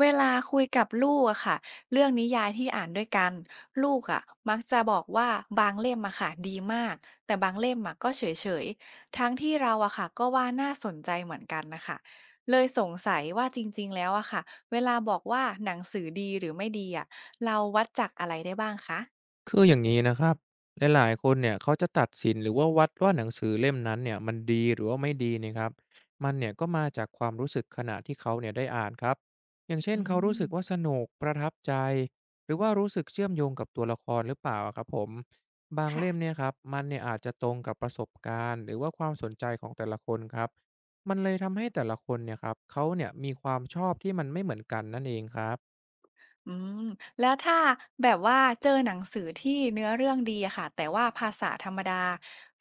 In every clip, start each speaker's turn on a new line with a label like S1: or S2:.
S1: เวลาคุยกับลูกอะค่ะเรื่องนิยายที่อ่านด้วยกันลูกอะมักจะบอกว่าบางเล่มอะค่ะดีมากแต่บางเล่มอะก็เฉยๆทั้งที่เราอะค่ะก็ว่าน่าสนใจเหมือนกันนะคะเลยสงสัยว่าจริงๆแล้วอะค่ะเวลาบอกว่าหนังสือดีหรือไม่ดีอะเราวัดจากอะไรได้บ้างคะ
S2: คืออย่างนี้นะครับ หลาย ๆ คนเนี่ยเขาจะตัดสินหรือว่าวัดว่าหนังสือเล่มนั้นเนี่ยมันดีหรือว่าไม่ดีเนะครับมันเนี่ยก็มาจากความรู้สึกขณะที่เขาเนี่ยได้อ่านครับอย่างเช่
S1: อื
S2: นเขารู้สึกว่า
S1: ม
S2: สนุกประทับใจหรือว่ารู้สึกเชื่อมโยงกับตัวละครหรือเปล่าอะครับผมบางเล่ม
S1: ค่ะ
S2: เนี่ยครับมันเนี่ยอาจจะตรงกับประสบการณ์หรือว่าความสนใจของแต่ละคนครับมันเลยทำให้แต่ละคนเนี่ยครับเขาเนี่ยมีความชอบที่มันไม่เหมือนกันนั่นเองครับ
S1: อืมแล้วถ้าแบบว่าเจอหนังสือที่เนื้อเรื่องดีอะค่ะแต่ว่าภาษาธรรมดา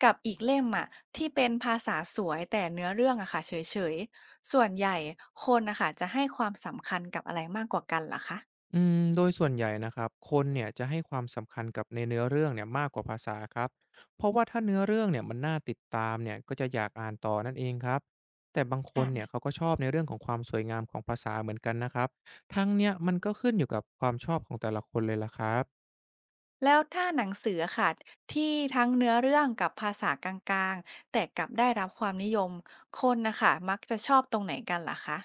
S1: กับอีกเล่มอะที่เป็นภาษาสวยแต่เนื้อเรื่องอะค่ะเฉยๆส่วนใหญ่คนนะคะจะให้ความสำคัญกับอะไรมากกว่ากันเหรอคะ
S2: อืมโดยส่วนใหญ่นะครับคนเนี่ยจะให้ความสำคัญกับในเนื้อเรื่องเนี่ยมากกว่าภาษาครับเพราะว่าถ้าเนื้อเรื่องเนี่ยมันน่าติดตามเนี่ยก็จะอยากอ่านต่อนั่นเองครับแต่บางคนเนี่ย
S1: ค่ะ
S2: เขาก็ชอบในเรื่องของความสวยงามของภาษาเหมือนกันนะครับทั้งเนี่ยมันก็ขึ้นอยู่กับความชอบของแต่ละคนเลยละครับ
S1: แล้วถ้าหนังสืออะค่ะที่ทั้งเนื้อเรื่องกับภาษากลางๆแต่กลับได้รับความนิยมคนนะคะมักจะชอบตรงไหนกันเหรอคะ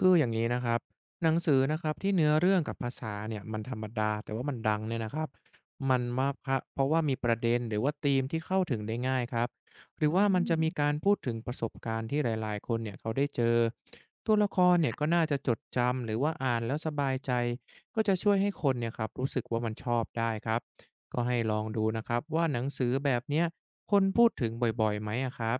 S2: คืออย่างนี้นะครับหนังสือนะครับที่เนื้อเรื่องกับภาษาเนี่ยมันธรรมดาแต่ว่ามันดังเนี่ยนะครับมันมากครับเพราะว่ามีประเด็นหรือว่าธีมที่เข้าถึงได้ง่ายครับหรือ
S1: อื
S2: ว่ามันจะมีกา
S1: ม
S2: รพูดถึงประสบการณ์ที่หลายๆคนเนี่ยเขาได้เจอตัวละครเนี่ยก็น่าจะจดจำหรือว่าอ่านแล้วสบายใจก็จะช่วยให้คนเนี่ยครับรู้สึกว่ามันชอบได้ครับก็ให้ลองดูนะครับว่าหนังสือแบบเนี้ยคนพูดถึงบ่อยๆไหมอะครับ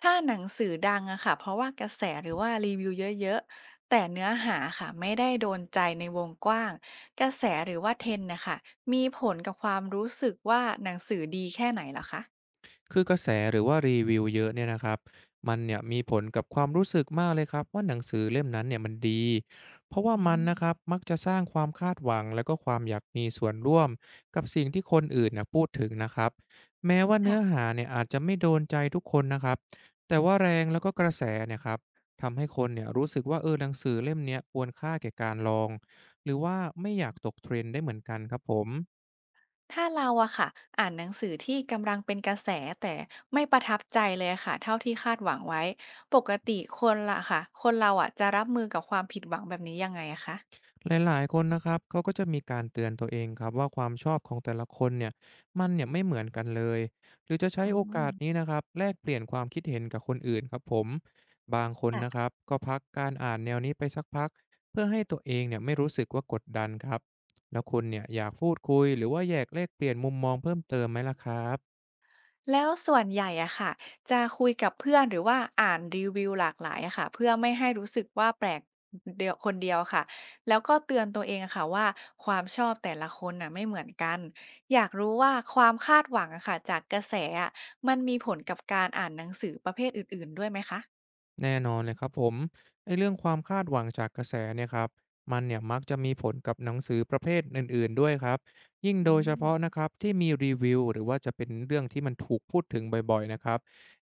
S1: ถ้าหนังสือดังอะค่ะเพราะว่ากระแสหรือว่ารีวิวเยอะๆแต่เนื้อหาค่ะไม่ได้โดนใจในวงกว้างกระแสหรือว่าเทรนด์นะคะมีผลกับความรู้สึกว่าหนังสือดีแค่ไหนเหรอคะ
S2: คือกระแสหรือว่ารีวิวเยอะเนี่ยนะครับมันเนี่ยมีผลกับความรู้สึกมากเลยครับว่าหนังสือเล่มนั้นเนี่ยมันดีเพราะว่า
S1: อื
S2: มันนะค
S1: ม
S2: รับมักจะสร้างความคาดหวังแล้วก็ความอยากมีส่วนร่วมกับสิ่งที่คนอื่นนะพูดถึงนะครับแม้ว่าเนื้อ
S1: ค่ะ
S2: หาเนี่ยอาจจะไม่โดนใจทุกคนนะครับแต่ว่าแรงแล้วก็กระแสเนี่ยครับทำให้คนเนี่ยรู้สึกว่าเออหนังสือเล่มเนี้ยควรค่าแก่การลองหรือว่าไม่อยากตกเทรนด์ได้เหมือนกันครับผม
S1: ถ้าเราอะค่ะอ่านหนังสือที่กำลังเป็นกระแสแต่ไม่ประทับใจเลยค่ะเท่าที่คาดหวังไว้ปกติคนละค่ะคนเราอะจะรับมือกับความผิดหวังแบบนี้ยังไงอะคะ
S2: หลายๆคนนะครับเขาก็จะมีการเตือนตัวเองครับว่าความชอบของแต่ละคนเนี่ยมันเนี่ยไม่เหมือนกันเลยหรือจะใช้
S1: อื
S2: โอกาสนี้
S1: ม
S2: นะครับแลกเปลี่ยนความคิดเห็นกับคนอื่นครับผมบางคนนะ
S1: ค่ะ
S2: ครับก็พักการอ่านแนวนี้ไปสักพักเพื่อให้ตัวเองเนี่ยไม่รู้สึกว่ากดดันครับแล้วคุณเนี่ยอยากพูดคุยหรือว่าอยากแลกเปลี่ยนมุมมองเพิ่มเติมไหมล่ะครับ
S1: แล้วส่วนใหญ่อะค่ะจะคุยกับเพื่อนหรือว่าอ่านรีวิวหลากหลายอะค่ะเพื่อไม่ให้รู้สึกว่าแปลกเดียวคนเดียวค่ะแล้วก็เตือนตัวเองอะค่ะว่าความชอบแต่ละคนน่ะไม่เหมือนกันอยากรู้ว่าความคาดหวังอะค่ะจากกระแสอะมันมีผลกับการอ่านหนังสือประเภทอื่นๆด้วยไหมคะ
S2: แน่นอนเลยครับผมไอ้เรื่องความคาดหวังจากกระแสเนี่ยครับมันเนี่ยมักจะมีผลกับหนังสือประเภทอื่นๆด้วยครับยิ่ง
S1: อื
S2: โดยเฉพาะนะครับที่มีรีวิวหรือว่าจะเป็นเรื่องที่มันถูกพูดถึงบ่อยๆนะครับ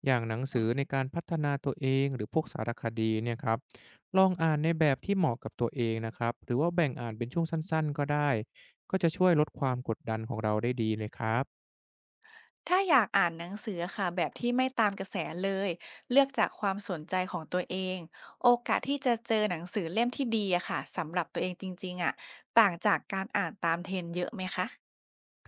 S2: อย่างหนังสือใน
S1: ม
S2: การพัฒนาตัวเองหรือพวกสารคดีเนี่ยครับลองอ่านในแบบที่เหมาะกับตัวเองนะครับหรือว่าแบ่งอ่านเป็นช่วงสั้นๆก็ได้ก็จะช่วยลดความกดดันของเราได้ดีเลยครับ
S1: ถ้าอยากอ่านหนังสือค่ะแบบที่ไม่ตามกระแสเลยเลือกจากความสนใจของตัวเองโอกาสที่จะเจอหนังสือเล่มที่ดีอะค่ะสำหรับตัวเองจริงๆอะต่างจากการอ่านตามเทรนด์เยอะไหมคะ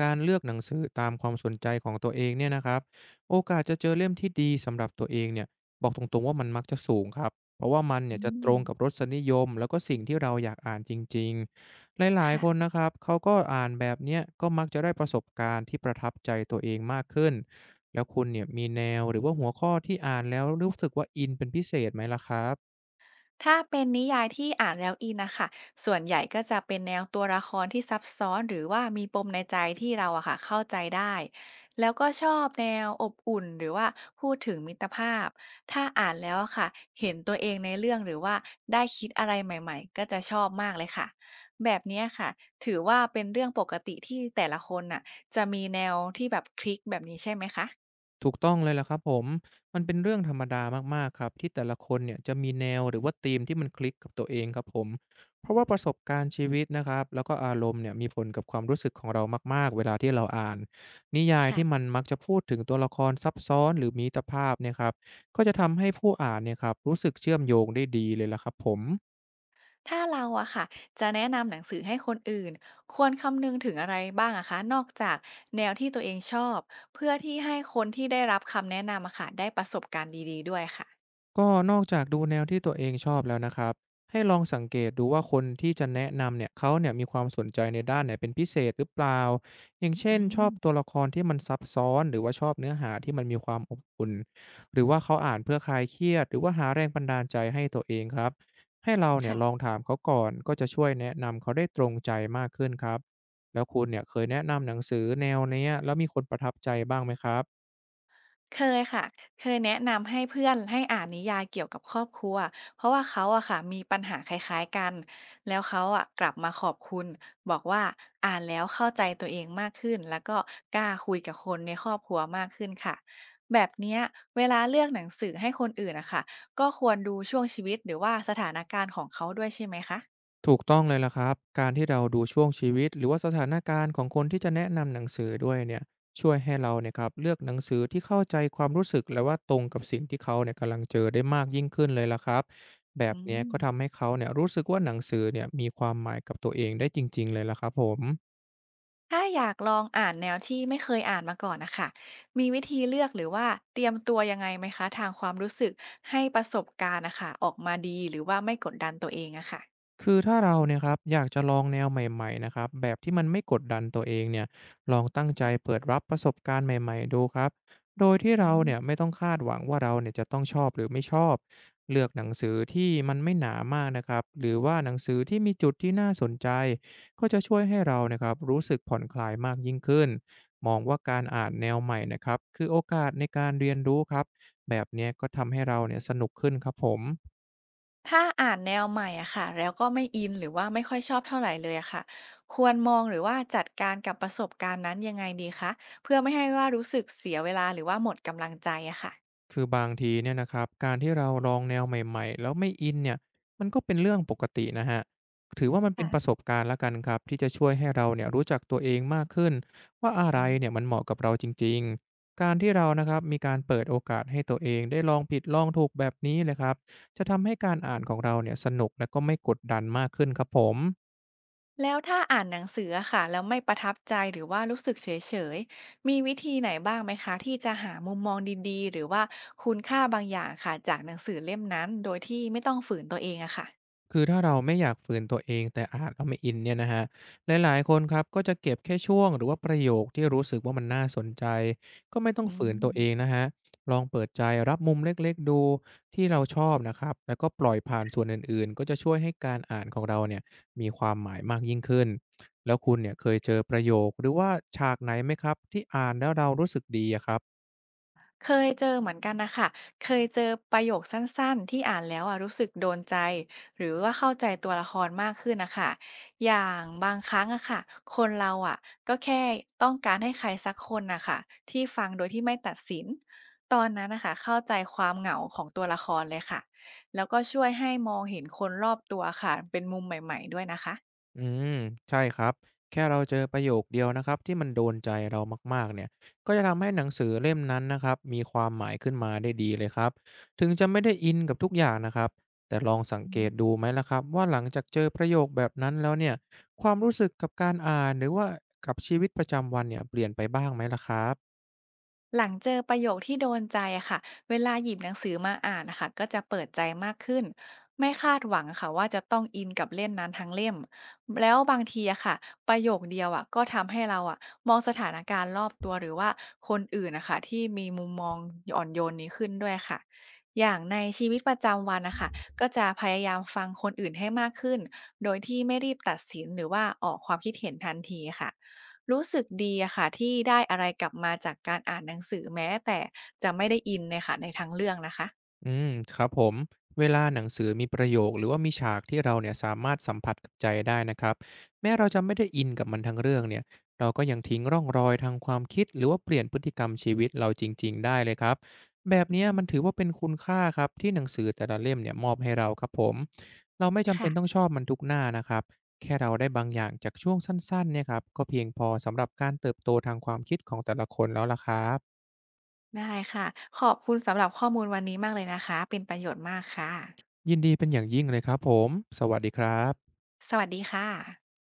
S2: การเลือกหนังสือตามความสนใจของตัวเองเนี่ยนะครับโอกาสจะเจอเล่มที่ดีสำหรับตัวเองเนี่ยบอกตรงๆว่ามันมักจะสูงครับเพราะว่ามัน
S1: อื
S2: เนี่ยจะต
S1: ม
S2: รงกับรสนิยมแล้วก็สิ่งที่เราอยากอ่านจริงๆหลายๆคน
S1: ค่ะ
S2: นะครับเขาก็อ่านแบบเนี้ยก็มักจะได้ประสบการณ์ที่ประทับใจตัวเองมากขึ้นแล้วคุณเนี่ยมีแนวหรือว่าหัวข้อที่อ่านแล้วรู้สึกว่าอินเป็นพิเศษไหมล่ะครับ
S1: ถ้าเป็นนิยายที่อ่านแล้วอินนะคะส่วนใหญ่ก็จะเป็นแนวตัวละครที่ซับซ้อนหรือว่ามีปมในใจที่เราอะค่ะเข้าใจได้แล้วก็ชอบแนวอบอุ่นหรือว่าพูดถึงมิตรภาพ ถ้าอ่านแล้วอะค่ะเห็นตัวเองในเรื่องหรือว่าได้คิดอะไรใหม่ๆก็จะชอบมากเลยค่ะแบบเนี้ยค่ะถือว่าเป็นเรื่องปกติที่แต่ละคนน่ะจะมีแนวที่แบบคลิกแบบนี้ใช่ไหมคะ
S2: ถูกต้องเลยล่ะครับผมมันเป็นเรื่องธรรมดามากๆครับที่แต่ละคนเนี่ยจะมีแนวหรือว่าธีมที่มันคลิกกับตัวเองครับผมเพราะว่าประสบการณ์ชีวิตนะครับแล้วก็อารมณ์เนี่ยมีผลกับความรู้สึกของเรามากๆเวลาที่เราอ่านนิยายที่มัน
S1: ค่ะ
S2: มักจะพูดถึงตัวละครซับซ้อนหรือมีตรภาพเนี่ยครับก็จะทำให้ผู้อ่านเนี่ยครับรู้สึกเชื่อมโยงได้ดีเลยล่ะครับผม
S1: ถ้าเราอะค่ะจะแนะนำหนังสือให้คนอื่นควรคำนึงถึงอะไรบ้างอะคะนอกจากแนวที่ตัวเองชอบเพื่อที่ให้คนที่ได้รับคำแนะนำอะค่ะได้ประสบการณ์ดีๆด้วยค่ะ
S2: ก็นอกจากดูแนวที่ตัวเองชอบแล้วนะครับให้ลองสังเกตดูว่าคนที่จะแนะนำเนี่ยเขาเนี่ยมีความสนใจในด้านไหนเป็นพิเศษหรือเปล่าอย่าง
S1: อื
S2: เช่นชอบตัว
S1: ม
S2: ละครที่มันซับซ้อนหรือว่าชอบเนื้อหาที่มันมีความอบอุ่นหรือว่าเขาอ่านเพื่อคลายเครียดหรือว่าหาแรงบันดาลใจให้ตัวเองครับให้เราเนี่ยลอ
S1: ค่ะ
S2: งถามเขาก่อนก็จะช่วยแนะนำเขาได้ตรงใจมากขึ้นครับแล้วคุณเนี่ยเคยแนะนำหนังสือแนวเนี้ยแล้วมีคนประทับใจบ้างไหมครับ
S1: เคยค่ะเคยแนะนำให้เพื่อนให้อ่านนิยายเกี่ยวกับครอบครัวเพราะว่าเขาอะค่ะมีปัญหาคล้ายๆกันแล้วเขาอะกลับมาขอบคุณบอกว่าอ่านแล้วเข้าใจตัวเองมากขึ้นแล้วก็กล้าคุยกับคนในครอบครัวมากขึ้นค่ะแบบเนี้ยเวลาเลือกหนังสือให้คนอื่นอะค่ะก็ควรดูช่วงชีวิตหรือว่าสถานการณ์ของเขาด้วยใช่ไหมคะ
S2: ถูกต้องเลยล่ะครับ การที่เราดูช่วงชีวิตหรือว่าสถานการณ์ของคนที่จะแนะนำหนังสือด้วยเนี่ยช่วยให้เราเนี่ยครับเลือกหนังสือที่เข้าใจความรู้สึกและว่าตรงกับสิ่งที่เขาเนี่ยกำลังเจอได้มากยิ่งขึ้นเลยล่ะครับแบบ
S1: อื
S2: เนี้ย
S1: ม
S2: ก็ทำให้เขาเนี่ยรู้สึกว่าหนังสือเนี่ยมีความหมายกับตัวเองได้จริงๆเลยล่ะครับผม
S1: ถ้าอยากลองอ่านแนวที่ไม่เคยอ่านมาก่อนนะคะมีวิธีเลือกหรือว่าเตรียมตัวยังไงไหมคะทางความรู้สึกให้ประสบการณ์นะค่ะออกมาดีหรือว่าไม่กดดันตัวเองอะค่ะ
S2: คือถ้าเราเนี่ยครับอยากจะลองแนวใหม่ๆนะครับแบบที่มันไม่กดดันตัวเองเนี่ยลองตั้งใจเปิดรับประสบการณ์ใหม่ๆดูครับโดยที่
S1: อื
S2: เราเนี่ย
S1: ม
S2: ไม่ต้องคาดหวังว่าเราเนี่ยจะต้องชอบหรือไม่ชอบเลือกหนังสือที่มันไม่หนามากนะครับหรือว่าหนังสือที่มีจุดที่น่าสนใจก็จะช่วยให้เรานะครับรู้สึกผ่อนคลายมากยิ่งขึ้นมองว่าการอ่านแนวใหม่นะครับคือโอกาสในการเรียนรู้ครับแบบเนี้ยก็ทำให้เราเนี่ยสนุกขึ้นครับผม
S1: ถ้าอ่านแนวใหม่อะค่ะแล้วก็ไม่อินหรือว่าไม่ค่อยชอบเท่าไหรเลยอะค่ะควรมองหรือว่าจัดการกับประสบการณ์นั้นยังไงดีคะเพื่อไม่ให้ว่ารู้สึกเสียเวลาหรือว่าหมดกำลังใจอะค่ะ
S2: คือบางทีเนี่ยนะครับการที่เราลองแนวใหม่ๆแล้วไม่อินเนี่ยมันก็เป็นเรื่องปกตินะฮะถือว่ามันเป็น
S1: ค่ะ
S2: ประสบการณ์แล้วกันครับที่จะช่วยให้เราเนี่ยรู้จักตัวเองมากขึ้นว่าอะไรเนี่ยมันเหมาะกับเราจริงๆการที่เรานะครับมีการเปิดโอกาสให้ตัวเองได้ลองผิดลองถูกแบบนี้เลยครับจะทำให้การอ่านของเราเนี่ยสนุกและก็ไม่กดดันมากขึ้นครับผม
S1: แล้วถ้าอ่านหนังสืออะค่ะแล้วไม่ประทับใจหรือว่ารู้สึกเฉยๆ มีวิธีไหนบ้างไหมคะที่จะหามุมมองดีๆ หรือว่าคุณค่าบางอย่างค่ะจากหนังสือเล่มนั้นโดยที่ไม่ต้องฝืนตัวเองอะค่ะ
S2: คือถ้าเราไม่อยากฝืนตัวเองแต่อ่านแล้วไม่อินเนี่ยนะครับหลายๆคนครับก็จะเก็บแค่ช่วงหรือว่าประโยคที่รู้สึกว่ามันน่าสนใจก็ไม่ต้อ
S1: อื
S2: งฝืนตัวเอง
S1: ม
S2: นะฮรลองเปิดใจรับมุมเล็กๆดูที่เราชอบนะครับแล้วก็ปล่อยผ่านส่วนอื่นๆก็จะช่วยให้การอ่านของเราเนี่ยมีความหมายมากยิ่งขึ้นแล้วคุณเนี่ยเคยเจอประโยคหรือว่าฉากไหนไหมครับที่อ่านแล้วเรารู้สึกดีอะครับ
S1: เคยเจอเหมือนกันนะค่ะเคยเจอประโยคสั้นๆ ที่อ่านแล้วอะรู้สึกโดนใจ หรือว่าเข้าใจตัวละครมากขึ้นนะค่ะอย่างบางครั้งอะค่ะ คนเราอะก็แค่ต้องการให้ใครสักคนนะค่ะที่ฟังโดยที่ไม่ตัดสินตอนนั้นนะคะเข้าใจความเหงาของตัวละครเลยค่ะแล้วก็ช่วยให้มองเห็นคนรอบตัวค่ะเป็นมุมใหม่ๆด้วยนะคะ
S2: อืมใช่ครับแค่เราเจอประโยคเดียวนะครับที่มันโดนใจเรามากๆเนี่ยก็จะทำให้หนังสือเล่มนั้นนะครับมีความหมายขึ้นมาได้ดีเลยครับถึงจะไม่ได้อินกับทุกอย่างนะครับแต่ลองสังเกตดูไหมล่ะครับว่าหลังจากเจอประโยคแบบนั้นแล้วเนี่ยความรู้สึกกับการอ่านหรือว่ากับชีวิตประจำวันเนี่ยเปลี่ยนไปบ้างไหมล่ะครับ
S1: หลังเจอประโยคที่โดนใจอะค่ะ เวลาหยิบหนังสือมาอ่านนะคะก็จะเปิดใจมากขึ้น ไม่คาดหวังค่ะว่าจะต้องอินกับเล่มนั้นทั้งเล่มแล้วบางทีอะค่ะประโยคเดียวอะก็ทำให้เราอะมองสถานการณ์รอบตัวหรือว่าคนอื่นนะค่ะที่มีมุมมองอ่อนโยนนี้ขึ้นด้วยค่ะ อย่างในชีวิตประจำวันนะคะก็จะพยายามฟังคนอื่นให้มากขึ้นโดยที่ไม่รีบตัดสินหรือว่าออกความคิดเห็นทันทีค่ะ รู้สึกดีอะค่ะที่ได้อะไรกลับมาจากการอ่านหนังสือแม้แต่จะไม่ได้อินเนี่ยค่ะในทั้งเรื่องนะคะ
S2: อืมครับผมเวลาหนังสือมีประโยคหรือว่ามีฉากที่เราเนี่ยสามารถสัมผัสกับใจได้นะครับแม้เราจะไม่ได้อินกับมันทั้งเรื่องเนี่ยเราก็ยังทิ้งร่องรอยทางความคิดหรือว่าเปลี่ยนพฤติกรรมชีวิตเราจริงๆได้เลยครับแบบ
S1: อื
S2: เนี้ย
S1: ม
S2: มันถือว่าเป็นคุณค่าครับที่หนังสือแต่ละเล่มเนี่ยมอบให้เราครับผมเราไม่จำเป็นต้อง
S1: ค่ะ
S2: ชอบมันทุกหน้านะครับแค่เราได้บางอย่างจากช่วงสั้นๆเนี่ยครับก็เพียงพอสำหรับการเติบโตทางความคิดของแต่ละคนแล้วล่ะครับ
S1: ได้ค่ะขอบคุณสำหรับข้อมูลวันนี้มากเลยนะคะเป็นประโยชน์มากค่ะ
S2: ยินดีเป็นอย่างยิ่งเลยครับผมสวัสดีครับ
S1: สวัสดีค่ะ